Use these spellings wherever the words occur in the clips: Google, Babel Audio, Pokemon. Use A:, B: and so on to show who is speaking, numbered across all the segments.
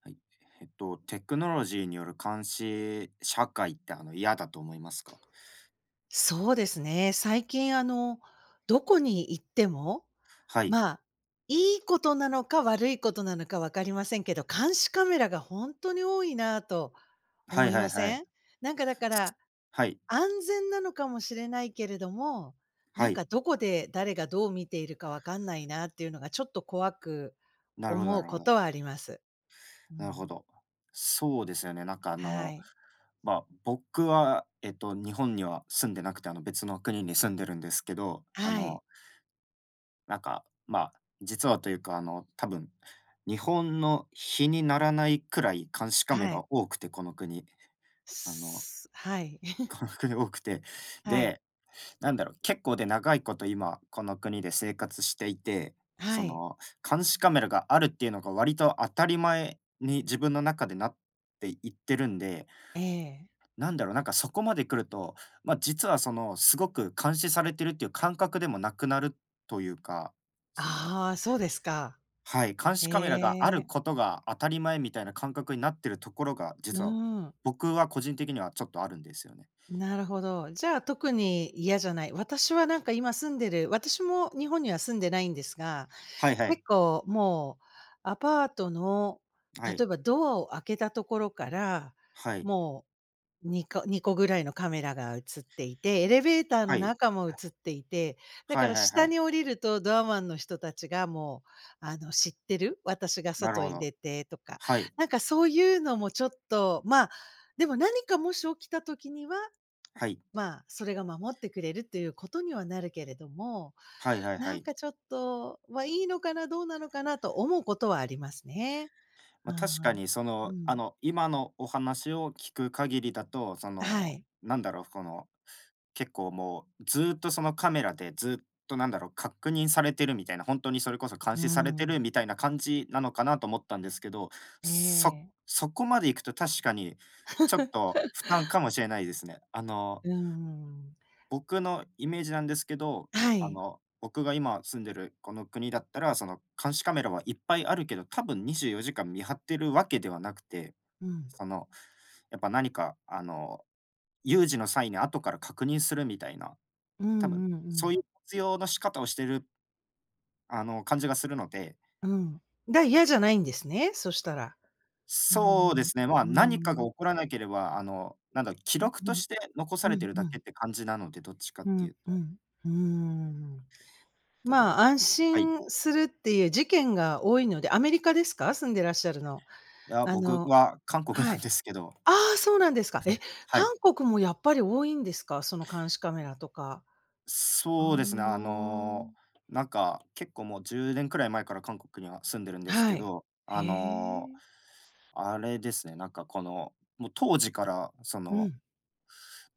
A: はい。テクノロジーによる監視社会って嫌だと思いますか？
B: そうですね。最近どこに行っても、
A: はい。
B: まあ、いいことなのか悪いことなのかわかりませんけど、監視カメラが本当に多いなと
A: は
B: 思
A: い
B: い
A: は
B: ま
A: いは
B: せん？
A: い。
B: なんかだから、
A: はい。
B: 安全なのかもしれないけれども、な
A: は
B: ん
A: い。
B: かどこで誰がどう見ているかわかんないなっていうのがちょっと怖く
A: なるほど
B: 思
A: な
B: う
A: るほ
B: こ
A: ど。
B: とはあります。う
A: なる
B: ん。
A: ほど。そうですよね。なんか
B: はい。
A: まあ、僕は、日本には住んでなくて、別の国に住んでるんですけど、
B: はい。
A: なんか、まあ、実はというか、多分、日本の比にならないくらい監視カメ
B: はい。
A: ラ多くて、この国。あの、
B: すはい。
A: この国多くて。
B: はい。
A: で、なんだろう、結構長いこと今、この国で生活していて、そ
B: はい。
A: の、監視カメラがあるっていうのが割と当たり前に自分の中でなっていってるんで、
B: ええ。
A: なんだろう、なんかそこまで来ると、ま、実はその、すごく監視されてるっていう感覚でもなくなるというか、その
B: ああ、そうですか。
A: はい、監
B: へ
A: 視カメラがある
B: え、
A: ことが当たり前みたいな感覚になってるところが、
B: う
A: 実は
B: ん。
A: 僕は個人的にはちょっとあるんですよね。
B: なるほど。じゃあ、特に嫌じゃない。私はなんか今住んでる私も日本には住んでないんですが、
A: はいはい。
B: 結構もうアパートの、
A: は
B: 例
A: い。
B: えばドアを開けたところから、
A: はい。
B: もう2個ぐらいのカメラが映っていて、エレベーター
A: は
B: の
A: い。
B: 中も映っていて、だか
A: はい
B: ら
A: はいはい
B: 下
A: はい。
B: に降りるとドアマンの人たちがもう、知ってる、私が
A: なる
B: 外
A: ほ
B: に
A: ど。
B: 出てとか、
A: はい。
B: なんかそういうのもちょっと、まあ、でも何かもし起きた時には、
A: はい。
B: まあ、それが守ってくれるということにはなるけれども、
A: はいはいは
B: なん
A: い。
B: かちょっと、はいいのかな、どうなのかなと思うことはありますね。
A: ま
B: う
A: あ、
B: ん
A: 確
B: う
A: か
B: ん。
A: にそ
B: う
A: の、
B: ん。
A: 今のお話を聞く限りだと、そ
B: は
A: の、
B: い。
A: なんだろう、この、結構もうずーっとそのカメラでずーっとなんだろう、確認されてるみたいな、本当にそれこそ監
B: う
A: 視されて
B: ん。
A: るみたいな感じなのかなと思ったんですけど、
B: え
A: そ
B: え。
A: そこまで行くと確かにちょっと負担かもしれないですね。
B: うーん。
A: 僕のイメージなんですけど、
B: はい。
A: 僕が今住んでるこの国だったら、その、監視カメラはいっぱいあるけど、多分24時間見張ってるわけではなくて、
B: うん。
A: その、やっぱ何か、有事の際に後から確認するみたいな、
B: うん
A: 多分
B: うんう
A: そう
B: ん。
A: いう活用の仕方をしてる、感じがするので、
B: うん。が、嫌じゃないんですね、そしたら。うー
A: そうで
B: ん。
A: すね、まあ、
B: う
A: 何か
B: ー
A: が
B: ん。
A: 起こらなければ、なんだ、記
B: うん
A: 録
B: う
A: と
B: ん。
A: して残され
B: う
A: て
B: ん
A: るだ
B: う
A: けっ
B: ん。
A: て感じなので、どっちかっ
B: う
A: て
B: ん
A: いう
B: う
A: と。
B: ん。うーん。
A: た
B: まあ、
A: だ
B: 安
A: はい。
B: 心するっていう事件が多いのでアメリカですか？住んでらっしゃるの。
A: いや、
B: あ
A: 僕
B: の
A: は韓国
B: は
A: なん
B: い。
A: ですけど、
B: ああ、そうなんですか。え、
A: は
B: 韓
A: い、
B: 国もやっぱり多いんですか？その監視カメラとか。あ
A: そうですね。
B: あ。
A: なんか、結構もう10年くらい前から韓国には住んでるんです
B: は
A: け
B: い。
A: ど、
B: へえ。
A: あれですね、なんかこの、もう当時から、そ
B: う
A: の、
B: ん。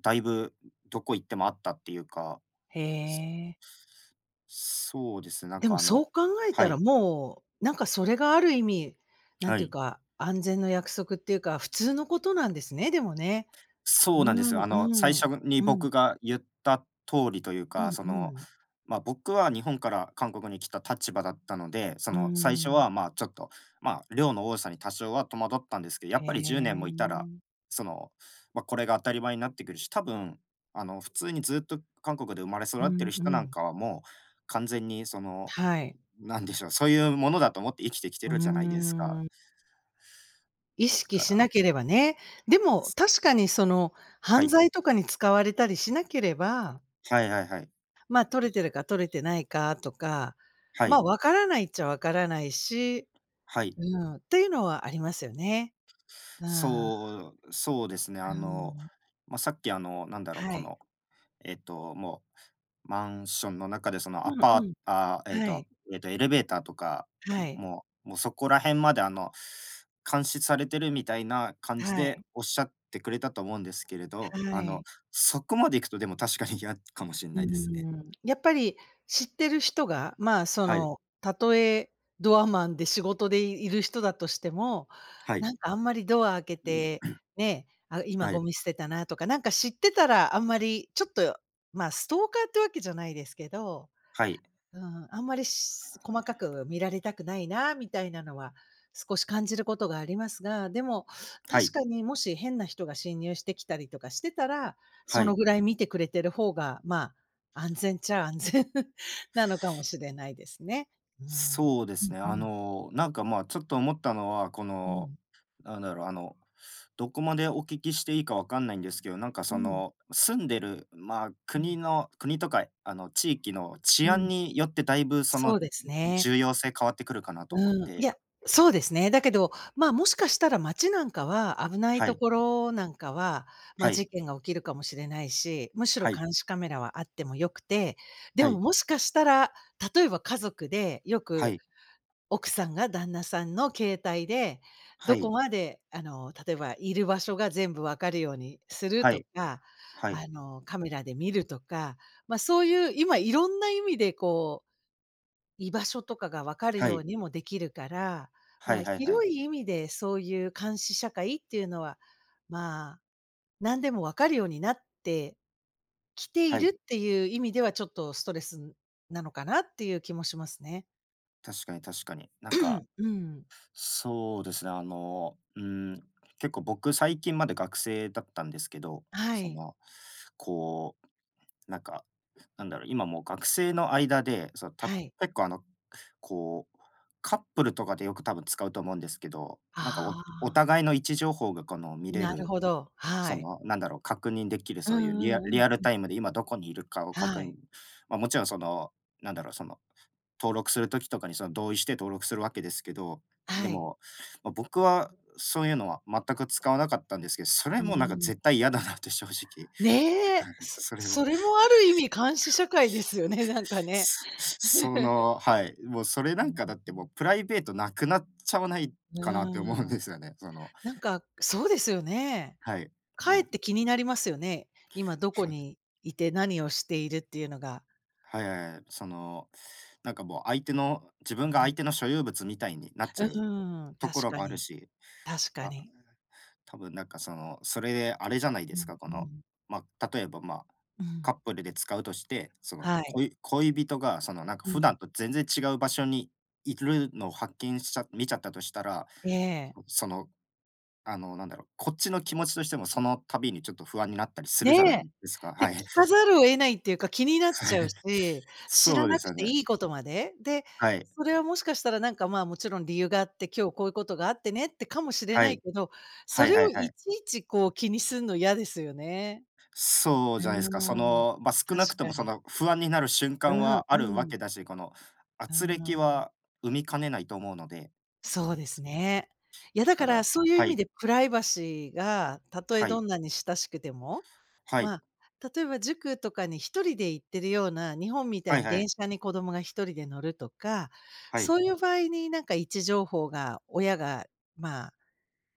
A: だいぶどこ行ってもあったっていうか、
B: へえ。
A: そうですね、なん
B: でも
A: か
B: そう考え
A: は
B: たら
A: い、
B: もう、なんかそれがある意味、なん
A: は
B: ていう
A: い。
B: か、安全の約束っていうか、普通のことなんですね、でもね。う
A: そうなんですよ。
B: ん
A: 最
B: うん。
A: 初に
B: うん。
A: 僕が言った通りという
B: う
A: か、
B: ん
A: そ
B: う
A: の、
B: ん。
A: まあ、僕は日本から韓国に来た立場だったので、そ
B: うー
A: の、最初
B: ん。
A: は、ま、ちょっと、まあ、量の多さに多少は戸惑ったんですけど、や
B: へ
A: っぱり10年もいたら、
B: え。
A: その、まあ、これが当たり前になってくるし、多分、普通にずっと韓国で生まれ育
B: う
A: ってる
B: んう
A: 人なん
B: ん。
A: かはもう完全にその、
B: はい。
A: なんでしょう、そういうものだと思って生きてきて
B: うー
A: るじゃないですか。
B: ん。意
A: だ
B: 識
A: か
B: し
A: ら、
B: なければね。でも確かにその、
A: は
B: 犯
A: い。
B: 罪とかに使われたりしなければ、
A: はいはいはい。
B: ま、あ取れてるか取れてないかとか、
A: は
B: ま、あ
A: い。
B: わからないっちゃわからないし
A: はい。
B: うん、というのはありますよね。うん、
A: そうですね。
B: うん。
A: まあ、さっきなんだろう、
B: は
A: こ
B: い。
A: の、もう、マンションの中で、その、ア
B: うん
A: パー
B: う
A: ト
B: ん。
A: あ、
B: はい。
A: エレベーターとか、
B: はい。
A: もうそこら辺まで、監視されてるみたいな感じ
B: は
A: で
B: い。
A: おっしゃってくれたと思うんですけれど、
B: はい。
A: そこまで行くと、でも確かに嫌かもしれ
B: うー
A: ないですね。
B: ん。やっぱり知ってる人が、まあ、そ
A: はい、
B: の、たとえドアマンで仕事でいる人だとしても、
A: はい、
B: なんかあんまりドア開け
A: う
B: て、
A: ん、
B: ね、あ、今
A: は
B: ゴ
A: い、
B: ミ捨てたなとか、なんか知ってたらあんまりちょっと、まあ、ストーカーってわけじゃないですけど
A: はい、
B: うん、あんまりし細かく見られたくないなみたいなのは少し感じることがありますが、でも
A: は
B: 確
A: い、
B: かにもし変な人が侵入してきたりとかしてたら、
A: は
B: その
A: い。
B: ぐらい見てくれてる方が、まあ、安全っちゃ安全 なのかもしれないですね。う
A: そうで
B: う
A: す
B: ん
A: ね。
B: うん。
A: なんか、まあ、ちょっと思ったのは、こ
B: う
A: の、
B: ん。
A: なんだろう、どこまでお聞きしていいかわかんないんですけど、なんか、
B: う
A: そ
B: ん。
A: の、住んでる、まあ、
B: う
A: 国
B: ん。
A: の国とか、地域の
B: う
A: 治安
B: ん。
A: によって、だいぶ、そ
B: そ
A: の、
B: うですね。
A: 重要性変わってくるかなと思っ
B: うん、い
A: て。
B: や、そうですね。だけど、ま、もしかしたら街なんかは、危ない
A: は
B: と
A: い、
B: ころなんかは、ま、
A: はい、
B: 事件が起きるかもしれないし、むしろ
A: はい、
B: 監視カメラはあっても良くて、で
A: は
B: も
A: い、
B: もしかしたら、例えば家族でよ
A: は
B: く
A: い、
B: 奥さんが旦那さんの携帯で、
A: は
B: どこ
A: い、
B: まで例えばいる場所が全部わかるようにする
A: は
B: と
A: い、
B: か、
A: はい、
B: カメラで見るとか、ま、そういう今いろんな意味でこう居場所とかが分かる
A: は
B: よう
A: い、
B: にもできるから、ま
A: は
B: あ、
A: いはいは
B: 広
A: い。
B: い意味でそういう監視社会っていうのは、まあ、何でも分かるようになってきてい
A: は
B: る
A: い、
B: っていう意味では、ちょっとストレスなのかなっていう気もしますね。
A: 確かに確かに。なんか
B: うん。
A: そうですね、うん、結構僕最近まで学生だったんですけど、
B: は
A: そ
B: い。
A: の、こう、なんか、なんだろう、今もう学生の間で、そのた
B: はい。
A: 結構こう、カップルとかでよく多分使うと思うんですけど、なんかお
B: あ
A: お
B: あ、
A: 互いの位置情報がこの見れ
B: なる
A: る、
B: ほど。は
A: そ
B: い。
A: の、なんだろう、確認できる
B: うん
A: そういうリ
B: う
A: アリ
B: ん
A: アル
B: うん。
A: タイムで今どこにいるかを
B: は
A: 確認
B: い。
A: まあ、もちろんその、なんだろう、その登録する時とかにその同意して登録するわけですけど、で
B: はい。
A: も、ま、僕はそういうのは全く使わなかったんですけど、そ
B: う
A: れ
B: ー
A: もなんか
B: ん。
A: 絶対嫌だなって正直、
B: ねえ、そ
A: それを、
B: それもある意味監視社会ですよね、なんかね。
A: そその、はい、もうそれ
B: う
A: なん
B: ん
A: かだっ
B: う
A: てもう
B: ん。
A: プライベートなくなっちゃわない
B: う
A: かなって思うん
B: ーん。
A: ですよね。その、
B: なんか、そうですよね。
A: はい、
B: かえっ
A: もう、
B: て気になりますよね。今どこ
A: はい、
B: にいて何をしているっていうのが。
A: はいはいはい、その、なんかもう相手の自
B: う
A: 分が
B: ん。
A: 相手の所有物みたいになっ
B: う
A: ちゃう
B: ーん、
A: とこ
B: 確
A: ろ
B: か
A: もある
B: に、
A: し、
B: 確か
A: あ
B: に。
A: 多分なんかその、それであれじゃないで
B: う
A: す
B: ん
A: か、こ
B: う
A: の、
B: ん。
A: まあ、例えば、ま、
B: う
A: カッ
B: ん。
A: プルで使うとして、その、
B: は
A: こ
B: い。
A: い恋人がそのなんか
B: う
A: 普
B: ん。
A: 段と全然違う場所にいるのを発見しちゃ見ちゃったとしたら、
B: ええ。
A: その、なんだろう、こっちの気持ちとしてもその度にちょっと不安になったりする
B: ね
A: じゃな
B: え。
A: いですか。
B: で、
A: は
B: 聞
A: い。
B: かざるを得ないっていうか、気になっちゃう し、知
A: そ
B: ら
A: うで
B: な
A: す
B: く
A: よ
B: て
A: ね。
B: いいことまで。で、
A: はい。
B: それはもしかしたらなんか、まあ、もちろん理由があって、今日こういうことがあってねってかもしれ
A: は
B: な
A: い。
B: いけど、
A: は
B: そ
A: い
B: れ
A: は
B: を
A: いはい。
B: いちいちこう気にすんの嫌ですよね。
A: そう
B: う
A: じゃないですか。そ
B: ーん、
A: の、まあ、少なく
B: 確
A: と
B: か
A: もそ
B: に。
A: の不安になる瞬
B: う
A: 間
B: ん
A: はある
B: う
A: わ
B: ん。
A: けだし、この
B: うー
A: 圧力
B: ん、
A: は生みかねないと思うので、
B: そうですね。いや
A: だ
B: だか
A: か
B: ら
A: ら、
B: そういう意
A: は
B: 味
A: い
B: でプライバシーがたとえ
A: は
B: ど
A: い、
B: んなに親しくても、
A: はい、
B: まあ、例えば塾とかに一人で行ってるような、日本みた
A: は
B: い
A: い
B: に
A: は
B: 電
A: い、
B: 車に子供が一人で乗るとか、
A: はい、
B: そういう場合になんか位置情報が親がま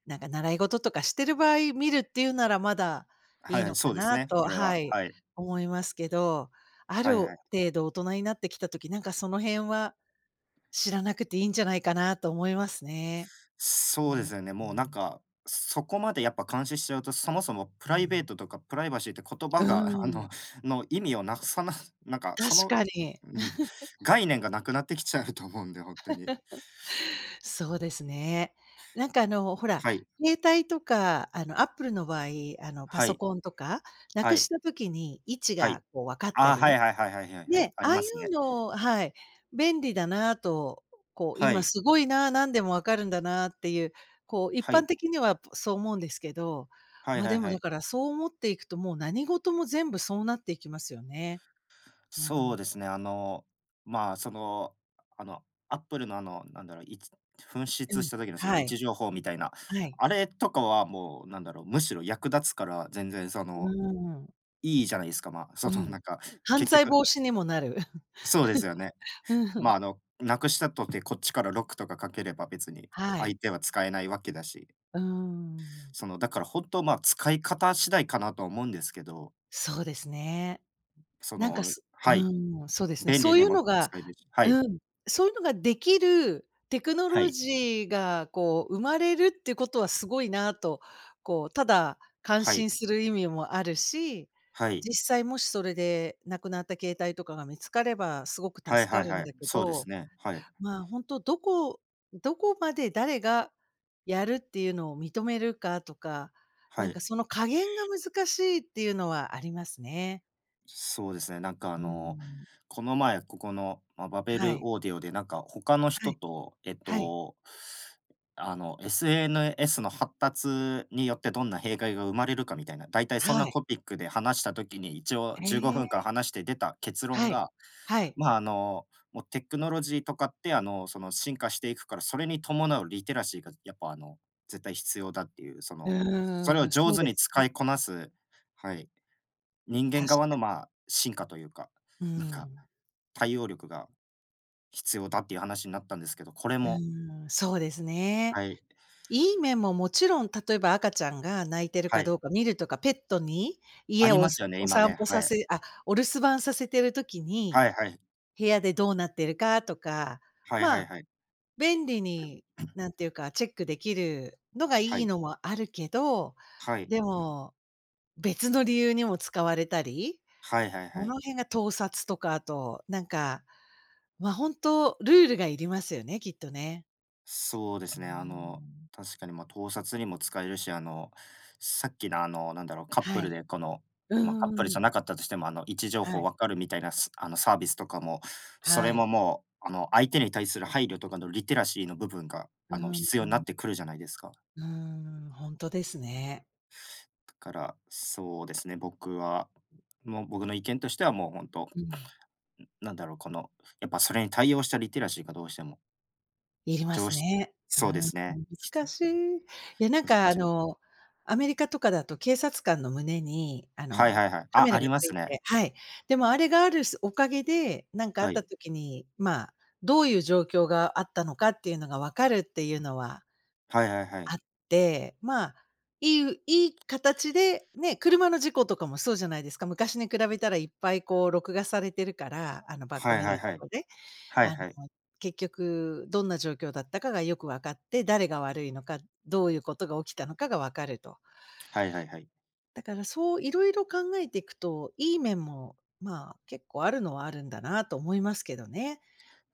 B: なんか習い事とかしてる場合見るっていうならまだ
A: は
B: い
A: い
B: い
A: はい、
B: のか
A: そうです
B: な
A: ね、
B: と、
A: それは、
B: はい、
A: はい、
B: 思いますけど、あ
A: は
B: る
A: い
B: 程
A: はい。
B: 度大人になってきた時、なんかその辺は知らなくていいんじゃないかなと思いますね。う
A: そうで
B: ん、う
A: すよね、もうなん
B: ん。
A: か、そこまでやっぱ監視しちゃうと、そもそもプ
B: う
A: ライベー
B: ん。
A: トとかプライバシーって言葉が の意味をなくさなんか
B: 確
A: その、
B: かに。
A: うん、概念がなくなってきちゃうと思うんで、本当に。
B: そうですね。なんかほら、
A: はい、
B: 携帯とか、アップルの場合、パ
A: は
B: ソ
A: い、
B: コンとか、な
A: は
B: くし
A: い。
B: た時に位置
A: は
B: が
A: い。
B: こう分かった
A: ああ、は
B: り
A: いはいはいはいはいはい。
B: ね、
A: あ
B: あ
A: り
B: あい
A: ますね。
B: うのはい、便利だなと、こう、
A: は
B: 今
A: い。
B: すごいな、何でもわかるんだなっていう、こう、一
A: は
B: 般
A: い。
B: 的にはそう思うんですけど、
A: はい
B: ま、
A: はい
B: でも
A: は
B: だ
A: い。
B: からそう思っていくと、もう何事も全部そうなっていきますよね。う
A: そ
B: ん、
A: うですね、まあ、その、あの、アップルのなんだろう、紛
B: う
A: 失
B: ん、
A: した時のその
B: は
A: 位
B: い、
A: 置情報みたいな、
B: はい。
A: あれとかはもう、なんだろう、むしろ役立つから全然そ
B: うー
A: の、
B: ん、
A: いいじゃないですか、まあ、そ
B: う
A: の
B: ん。
A: なんか、
B: 犯
A: 結
B: 罪
A: 局
B: 防止にもなる。
A: そうですよね。
B: う
A: ま
B: ん、
A: あ、なくしたとてこっちからロックとかかければ別に
B: は
A: 相
B: い。
A: 手は使えないわけだし、
B: うーん、
A: その、だから本当、まあ、使い方次第かなと思うんですけど
B: そうですね。なんか、すう
A: はい、
B: ーん、そうですね。
A: 便
B: そ
A: 利
B: うい
A: に
B: う
A: も
B: のが
A: 使えるし、はい、
B: うん、そういうのができるテクノ
A: は
B: ロ
A: い、
B: ジーがこう生まれるっていうことはすごいなと、こう、ただ感
A: はい、
B: 心する意味もあるし、
A: はい、
B: 実際もしそれでなくなった携帯とかが見つかればすごく
A: はい
B: 助か
A: はい
B: る
A: は
B: ん
A: い、
B: だけ
A: そうです
B: ど、
A: ね、はい、
B: まあ、ほんとどこどこまで誰がやるっていうのを認めるかとか、
A: は
B: なんか
A: い。
B: その加減が難しいっていうのはありますね。
A: そうですね、なんか
B: うーん。
A: この前、ここの、まあ、バベ
B: は
A: ル
B: い。
A: オーディオで、なんか他の
B: は
A: 人
B: い。
A: と、
B: はい。
A: SNS の発達によってどんな弊害が生まれるかみたいな、大体そん
B: は
A: な
B: い。
A: トピックで話したときに、一応
B: え
A: 15分間
B: え。
A: 話して出た結論
B: はい。
A: が、
B: はい。
A: まあ、もうテクノロジーとかって、進化していくから、それに伴うリテラシーがやっぱ、絶対必要だっていう、そ
B: う
A: の、それ
B: ー
A: を
B: ん、
A: 上
B: そう
A: 手
B: で
A: に
B: すね。
A: 使いこなす。はい。人
B: 確
A: 間側
B: か
A: の、
B: に。
A: まあ、進化というか、
B: う
A: なんか、
B: ん。
A: 対応力が必要だっていう話になったんですけど、これ
B: う
A: も。
B: ーん、そうですね。
A: はい、
B: いい面ももちろん、例えば赤ちゃんが泣いてる
A: は
B: か
A: い、
B: どうか見るとか、ペットに
A: あ
B: 家
A: り
B: をお
A: ます
B: さ
A: よね、
B: お
A: 今
B: 散
A: ね、
B: 歩
A: は
B: さ
A: い。
B: せあ、お留守番させてる時に、
A: はいはい。
B: 部屋でどうなってるかとか、
A: はい
B: ま
A: はい
B: あ、
A: はい。
B: 便利に、なん ていうか、チェックできるのがい
A: は
B: い
A: い。
B: のもあるけど、
A: はい。
B: でも、別の理由にも使われたり、
A: はいはい
B: こ
A: は
B: の
A: い。
B: 辺が盗撮とか、あと、なんか、ま、本当ルールがいりますよね、きっとね。
A: そうで
B: うー
A: すね。
B: ん。
A: 確かに、まあ、盗撮にも使えるし、さっきの、なんだろう、カッ
B: は
A: プル
B: い。
A: でこの、
B: う
A: まあ、
B: ん
A: カ
B: う
A: ッ
B: ん
A: プル
B: う
A: じゃ
B: ん。
A: なかったとしても、位置情
B: は
A: 報
B: い。
A: 分かるみたいな、サービスとかも、そ
B: は
A: れも
B: い。
A: もう、相手に対する配慮とかのリテラシーの部分が、
B: うん、
A: 必
B: う
A: 要にな
B: ん、
A: ってくるじゃないですか。
B: うんほんとですね。
A: だから、そうですね、僕は、もう僕の意見としてはもう本当、
B: うん。
A: なんだろう、この、やっぱそれに対応したリテラシーがどうしても、
B: いりま
A: 常
B: す
A: 識、
B: ね。う
A: そうですね。
B: ん、難しい。いや、なん
A: 難
B: か、
A: しい。
B: アメリカとかだと警察官の胸に、
A: はいはいはい。
B: カ
A: あ、
B: メラ
A: あ
B: が
A: りま
B: つ
A: す
B: い
A: ね。
B: てはい。でもあれがあるすおかげで、なんかあっ
A: はい。
B: た時に、まあ、どういう状況があったのかっていうのが分かるっていうのは
A: はいはいは
B: あ
A: い。
B: って、まあ、いいいい形で、ね、車の事故とかもそうじゃないですか。昔に比べたらいっぱいこう録画されてるから、あのバック
A: はい
B: ミ
A: は
B: ラ
A: い
B: ー
A: は
B: と
A: い。
B: かで、
A: は
B: あ
A: い
B: の、
A: はい。
B: 結局どんな状況だったかがよく分かって、誰が悪いのか、どういうことが起きたのかが分かると。
A: はいはいはい。
B: だからそういろいろ考えていくと、いい面も、まあ、結構あるのはあるんだなと思いますけどね。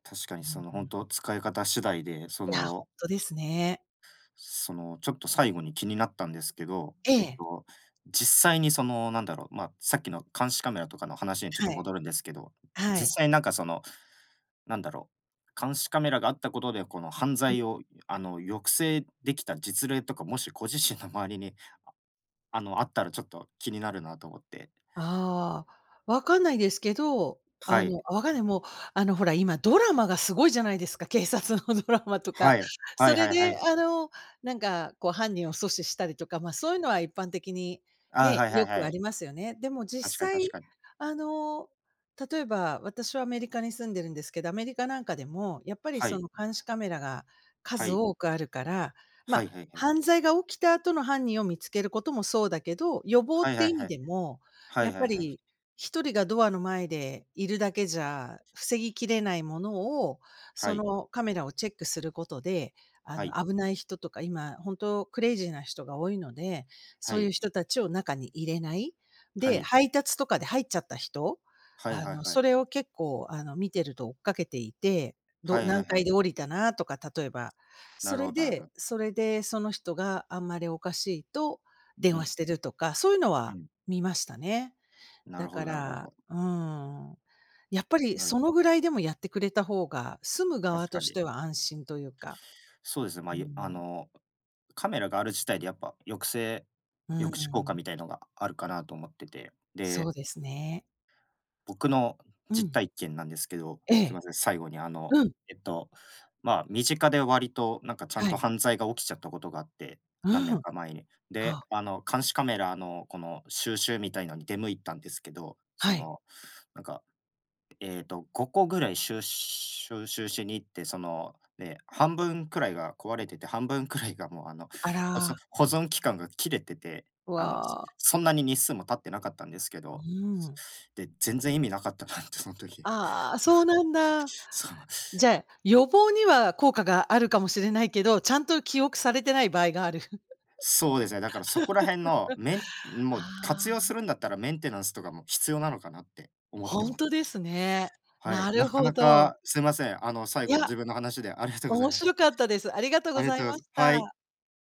A: 確かに
B: う
A: そ
B: ん
A: の
B: う
A: 本
B: ん。
A: 当使い方次第で、そ
B: いや、ほ
A: の
B: んとですね。
A: そのちょっと最後に気になったんですけど、
B: ええ、
A: 実際にそのなんだろう、ま、さっきの監視カメラとかの話にちょっ
B: は
A: と
B: い、
A: 戻るんですけど、
B: はい。
A: 実際なんかその、なんだろう、監視カメラがあったことで、この犯罪を抑制できた実例とか、もしご自身の周りに、ああったらちょっと気になるなと思って。
B: ああ、わかんないですけど、
A: はい。
B: あ、わかんない、もう、ほら、今ドラマがすごいじゃないですか、警察のドラマとか。
A: はい。は
B: そ
A: い
B: れ
A: はいは
B: で、
A: い。
B: なんか、こう、犯人を阻止したりとか、ま、そういうのは一般的に、
A: ああ、
B: ね、
A: はいは
B: よ
A: い
B: くあ
A: はい。
B: りますよね。でも実
A: 確かに確
B: 際、
A: かに。
B: あの、例えば、私はアメリカに住んでるんですけど、アメリカなんかでも、やっぱり、
A: は
B: そ
A: い。
B: の、監視カメラが
A: は
B: 数
A: い。
B: 多くあるから、
A: は
B: ま、
A: いはいはい。
B: 犯罪が起きた後の犯人を見つけることもそうだけど、予防っ
A: はい
B: て
A: はい
B: 意
A: は
B: 味
A: い。
B: でも
A: は
B: や
A: い
B: っ
A: は
B: ぱ
A: いはい。
B: り一人がドアの前でいるだけじゃ防ぎきれないものを、
A: は
B: そ
A: い。
B: のカメラをチェックすることで、
A: はい。
B: 危ない人とか、今本当クレイジーな人が多いので、
A: は
B: そういう
A: い。
B: 人たちを中に入れない。
A: は
B: で、
A: い。
B: 配達とかで入っちゃった人、
A: はいはいは
B: そ
A: い。
B: れを結構、見てると追っかけていて、ど
A: はいは
B: 何
A: いは
B: 階
A: い。
B: で降りたなとか、例えば。
A: な
B: そ
A: る
B: れ
A: ほどなるほ
B: で
A: ど。
B: それでその人があんまりおかしいと電
A: う
B: 話
A: ん。
B: してるとか、そういうの
A: う
B: は
A: ん。
B: 見ましたね。
A: な
B: だ
A: るほ
B: か
A: どなるほ
B: ら、
A: ど。
B: うーん、やっぱり
A: なる
B: そのぐらいでもやってくれた方が、住む
A: 確
B: 側と
A: か
B: し
A: に。
B: ては安心というか。
A: そうですね、まあ、
B: うん、
A: カメラがある自体でやっぱ
B: う
A: 抑止効果
B: ん、
A: みたいのがあるかなと思ってて。
B: そ
A: で、
B: うですね。
A: 僕の
B: う
A: 実
B: ん、
A: 体験なんですけど、
B: え
A: すい
B: え、
A: ません、最後に
B: うん、
A: えっと、まあ、身近で割となんかちゃん
B: は
A: と
B: い、
A: 犯罪が起きちゃったことがあって、
B: う
A: 何
B: ん、
A: 年
B: は
A: か前に。で、
B: あ、
A: 監視カメラのこの収集みたいのに出向いたんですけど、
B: は
A: そ
B: い。
A: の、なんか5個ぐらい収集しに行って、その、ね、半分くらいが壊れてて、半分くらいがもう
B: あら、
A: 保存期間が切れてて、あの、
B: わ、
A: そんなに日数も経ってなかったんですけど、
B: うん。
A: で、全然意味なかったなってその時。
B: ああ、そうなんだ。
A: そう、
B: じゃあ、予防には効果があるかもしれないけど、ちゃんと記憶されてない場合がある。
A: そうですね、だからそこら辺のもう
B: あ
A: 活用す
B: あ、
A: るんだったらメンテナンスとかも必要なのかなって思って
B: ほん
A: ま
B: と
A: す。
B: ですね。
A: はい、
B: な
A: な
B: る
A: か
B: ほ
A: な
B: ど。
A: かすいません、最
B: いや
A: 後自分の話でありがとうござい
B: 面
A: ま
B: 白
A: す。
B: かったです。ありがとうご
A: ありが
B: ざい
A: とうござ
B: ま
A: い
B: し
A: ますはい。
B: た。